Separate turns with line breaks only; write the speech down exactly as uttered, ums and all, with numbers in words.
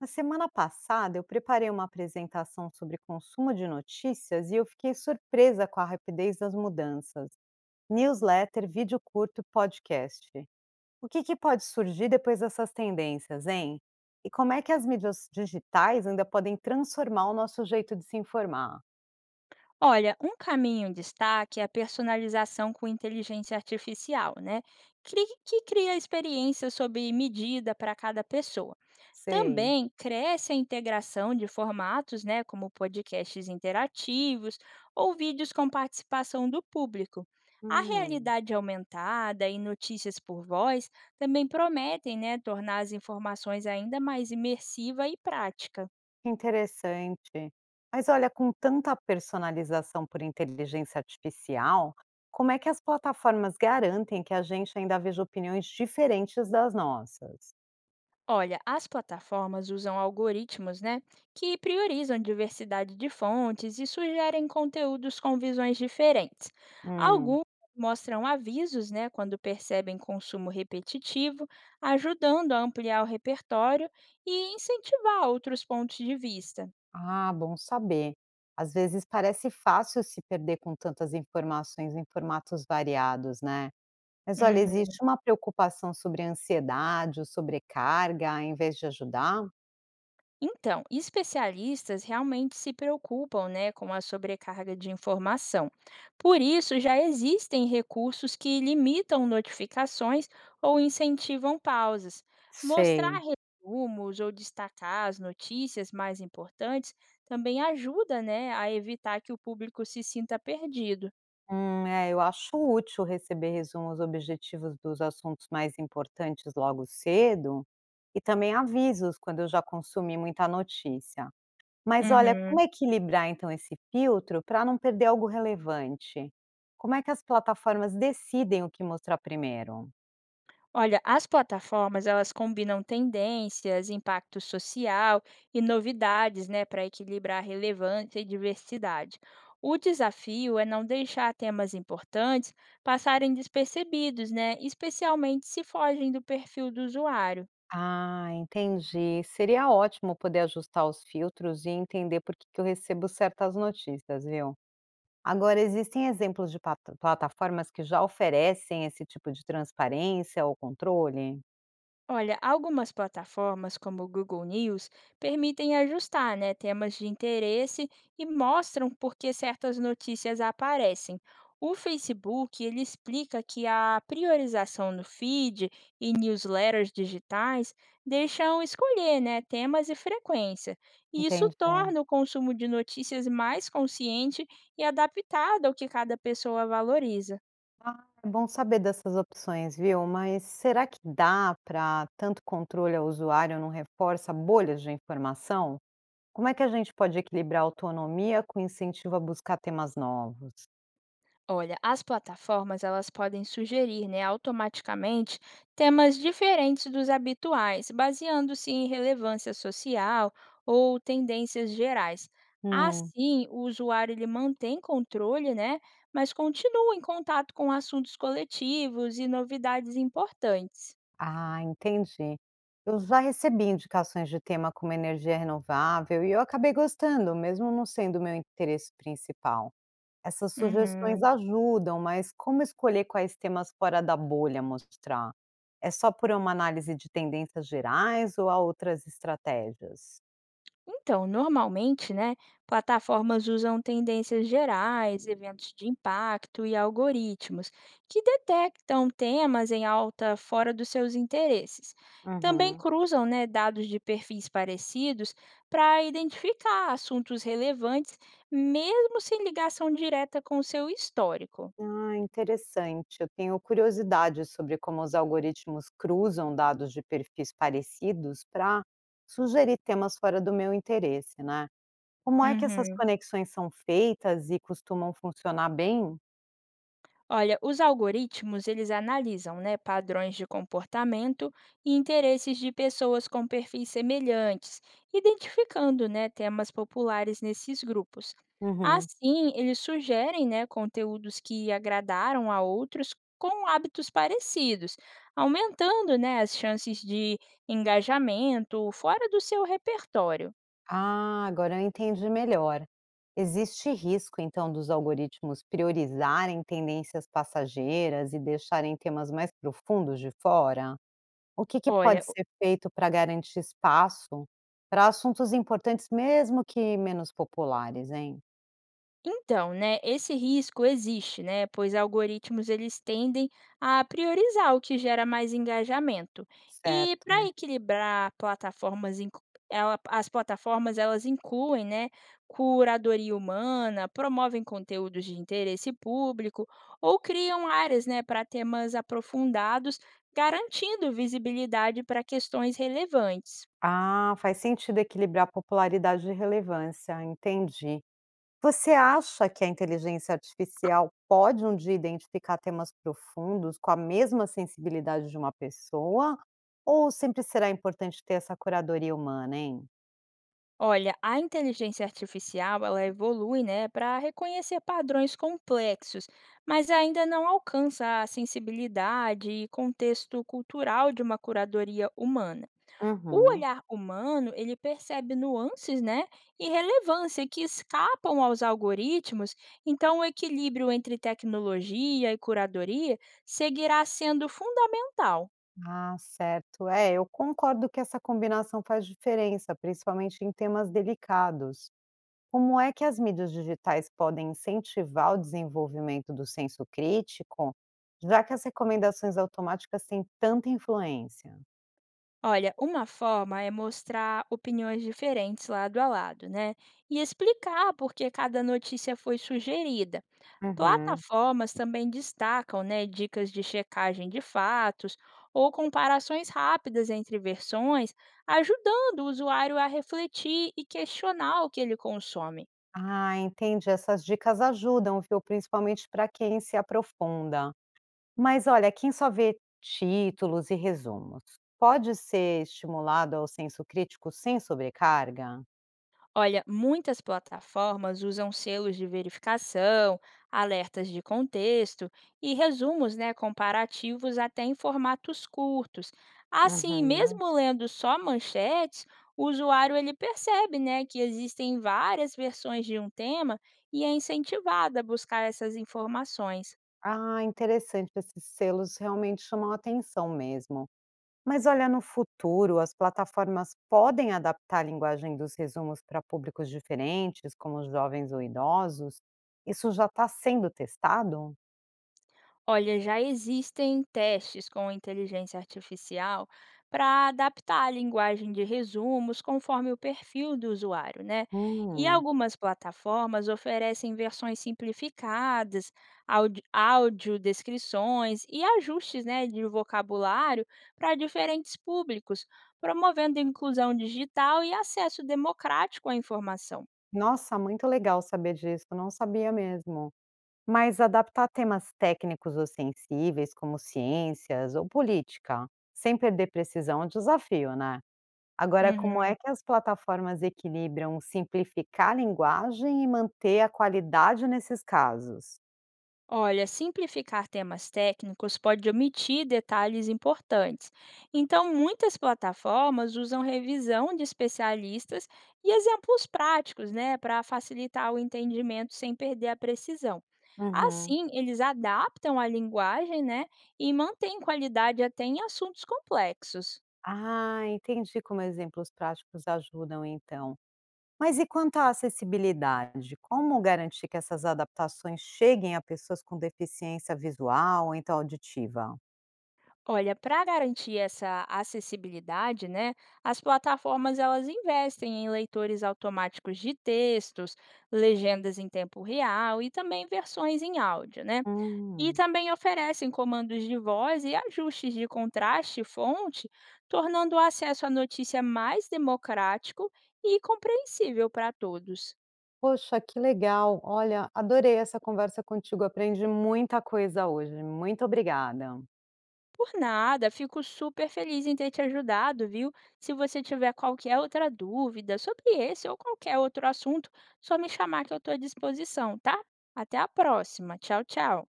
Na semana passada, eu preparei uma apresentação sobre consumo de notícias e eu fiquei surpresa com a rapidez das mudanças. Newsletter, vídeo curto podcast. O que, que pode surgir depois dessas tendências, hein? E como é que as mídias digitais ainda podem transformar o nosso jeito de se informar?
Olha, um caminho em destaque é a personalização com inteligência artificial, né? Cri- Que cria experiências sob medida para cada pessoa.
Sei.
Também cresce a integração de formatos, né, como podcasts interativos ou vídeos com participação do público. A
Hum.
realidade aumentada e notícias por voz também prometem, né, tornar as informações ainda mais imersiva e prática.
Que interessante. Mas olha, com tanta personalização por inteligência artificial, como é que as plataformas garantem que a gente ainda veja opiniões diferentes das nossas?
Olha, as plataformas usam algoritmos, né, que priorizam diversidade de fontes e sugerem conteúdos com visões diferentes.
Hum.
Alguns mostram avisos, né, quando percebem consumo repetitivo, ajudando a ampliar o repertório e incentivar outros pontos de vista.
Ah, bom saber. Às vezes parece fácil se perder com tantas informações em formatos variados, né? Mas olha,
Uhum.
existe uma preocupação sobre ansiedade ou sobrecarga em vez de ajudar?
Então, especialistas realmente se preocupam, né, com a sobrecarga de informação. Por isso, já existem recursos que limitam notificações ou incentivam pausas. Mostrar
Sei.
resumos ou destacar as notícias mais importantes também ajuda, né, a evitar que o público se sinta perdido.
Hum, é, eu acho útil receber resumos objetivos dos assuntos mais importantes logo cedo e também avisos quando eu já consumi muita notícia. Mas olha, como
Uhum.
equilibrar então esse filtro para não perder algo relevante? Como é que as plataformas decidem o que mostrar primeiro?
Olha, as plataformas elas combinam tendências, impacto social e novidades, né, para equilibrar relevância e diversidade. O desafio é não deixar temas importantes passarem despercebidos, né, especialmente se fogem do perfil do usuário.
Ah, entendi. Seria ótimo poder ajustar os filtros e entender por que que eu recebo certas notícias, viu? Agora, existem exemplos de pata- plataformas que já oferecem esse tipo de transparência ou controle?
Olha, algumas plataformas como o Google News permitem ajustar, né, temas de interesse e mostram por que certas notícias aparecem. O Facebook, ele explica que a priorização no feed e newsletters digitais deixam escolher, né, temas e frequência. E isso
Entendi.
torna o consumo de notícias mais consciente e adaptado ao que cada pessoa valoriza.
Ah, é bom saber dessas opções, viu? Mas será que dá para tanto controle ao usuário não reforça bolhas de informação? Como é que a gente pode equilibrar a autonomia com incentivo a buscar temas novos?
Olha, as plataformas elas podem sugerir, né, automaticamente temas diferentes dos habituais, baseando-se em relevância social ou tendências gerais.
Hum,
Assim, o usuário ele mantém controle, né, mas continua em contato com assuntos coletivos e novidades importantes.
ah, entendi. Eu já recebi indicações de tema como energia renovável e eu acabei gostando, mesmo não sendo o meu interesse principal. Essas sugestões
Uhum.
ajudam, mas como escolher quais temas fora da bolha mostrar? É só por uma análise de tendências gerais ou há outras estratégias?
Então, normalmente, né, plataformas usam tendências gerais, eventos de impacto e algoritmos que detectam temas em alta fora dos seus interesses. Também
Uhum.
cruzam, né, dados de perfis parecidos para identificar assuntos relevantes, mesmo sem ligação direta com o seu histórico.
Ah, interessante. Eu tenho curiosidade sobre como os algoritmos cruzam dados de perfis parecidos para sugerir temas fora do meu interesse, né? Como é que essas
Uhum.
conexões são feitas e costumam funcionar bem?
Olha, os algoritmos, eles analisam, né, padrões de comportamento e interesses de pessoas com perfis semelhantes, identificando, né, temas populares nesses grupos.
Uhum.
Assim, eles sugerem, né, conteúdos que agradaram a outros com hábitos parecidos, aumentando, né, as chances de engajamento fora do seu repertório.
Ah, agora eu entendi melhor. Existe risco, então, dos algoritmos priorizarem tendências passageiras e deixarem temas mais profundos de fora? O que que
Olha,
pode ser feito para garantir espaço para assuntos importantes, mesmo que menos populares, hein?
então, né, esse risco existe, né, pois algoritmos eles tendem a priorizar o que gera mais engajamento. E para
Certo.
equilibrar plataformas, inclu- ela- as plataformas elas incluem, né, curadoria humana, promovem conteúdos de interesse público ou criam áreas, né, para temas aprofundados, garantindo visibilidade para questões relevantes.
Ah, faz sentido equilibrar popularidade e relevância, entendi. Você acha que a inteligência artificial pode um dia identificar temas profundos com a mesma sensibilidade de uma pessoa, ou sempre será importante ter essa curadoria humana, hein?
Olha, a inteligência artificial, ela evolui, né, para reconhecer padrões complexos, mas ainda não alcança a sensibilidade e contexto cultural de uma curadoria humana. O
Uhum.
olhar humano, ele percebe nuances, né, e relevância que escapam aos algoritmos, então o equilíbrio entre tecnologia e curadoria seguirá sendo fundamental.
Ah, certo. É, eu concordo que essa combinação faz diferença, principalmente em temas delicados. Como é que as mídias digitais podem incentivar o desenvolvimento do senso crítico, já que as recomendações automáticas têm tanta influência?
Olha, uma forma é mostrar opiniões diferentes lado a lado, né? E explicar por que cada notícia foi sugerida.
Uhum.
Plataformas também destacam, né, dicas de checagem de fatos ou comparações rápidas entre versões, ajudando o usuário a refletir e questionar o que ele consome.
Ah, entendi. Essas dicas ajudam, viu? Principalmente para quem se aprofunda. Mas olha, quem só vê títulos e resumos pode ser estimulado ao senso crítico sem sobrecarga?
Olha, muitas plataformas usam selos de verificação, alertas de contexto e resumos, né, comparativos até em formatos curtos. Assim,
Uhum.
mesmo lendo só manchetes, o usuário ele percebe, né, que existem várias versões de um tema e é incentivado a buscar essas informações.
Ah, interessante. Esses selos realmente chamam a atenção mesmo. Mas olha, no futuro, as plataformas podem adaptar a linguagem dos resumos para públicos diferentes, como os jovens ou idosos? Isso já está sendo testado?
Olha, já existem testes com inteligência artificial para adaptar a linguagem de resumos conforme o perfil do usuário, né? E
Hum.
algumas plataformas oferecem versões simplificadas, áudio, áudio descrições e ajustes né, de vocabulário para diferentes públicos, promovendo inclusão digital e acesso democrático à informação.
Nossa, muito legal saber disso, não sabia mesmo. Mas adaptar temas técnicos ou sensíveis, como ciências ou política, sem perder precisão é um desafio, né? Agora, como
Uhum.
é que as plataformas equilibram simplificar a linguagem e manter a qualidade nesses casos?
Olha, simplificar temas técnicos pode omitir detalhes importantes. Então, muitas plataformas usam revisão de especialistas e exemplos práticos, né, para facilitar o entendimento sem perder a precisão.
Uhum.
Assim, eles adaptam a linguagem, né, e mantêm qualidade até em assuntos complexos.
Ah, entendi como exemplos práticos ajudam, então. Mas e quanto à acessibilidade? Como garantir que essas adaptações cheguem a pessoas com deficiência visual ou então auditiva?
Olha, para garantir essa acessibilidade, né, as plataformas elas investem em leitores automáticos de textos, legendas em tempo real e também versões em áudio, né? E
Hum,
também oferecem comandos de voz e ajustes de contraste e fonte, tornando o acesso à notícia mais democrático e compreensível para todos.
poxa, que legal. Olha, adorei essa conversa contigo. Aprendi muita coisa hoje. Muito obrigada.
Por nada, fico super feliz em ter te ajudado, viu? Se você tiver qualquer outra dúvida sobre esse ou qualquer outro assunto, só me chamar que eu estou à disposição, tá? Até a próxima. Tchau, tchau.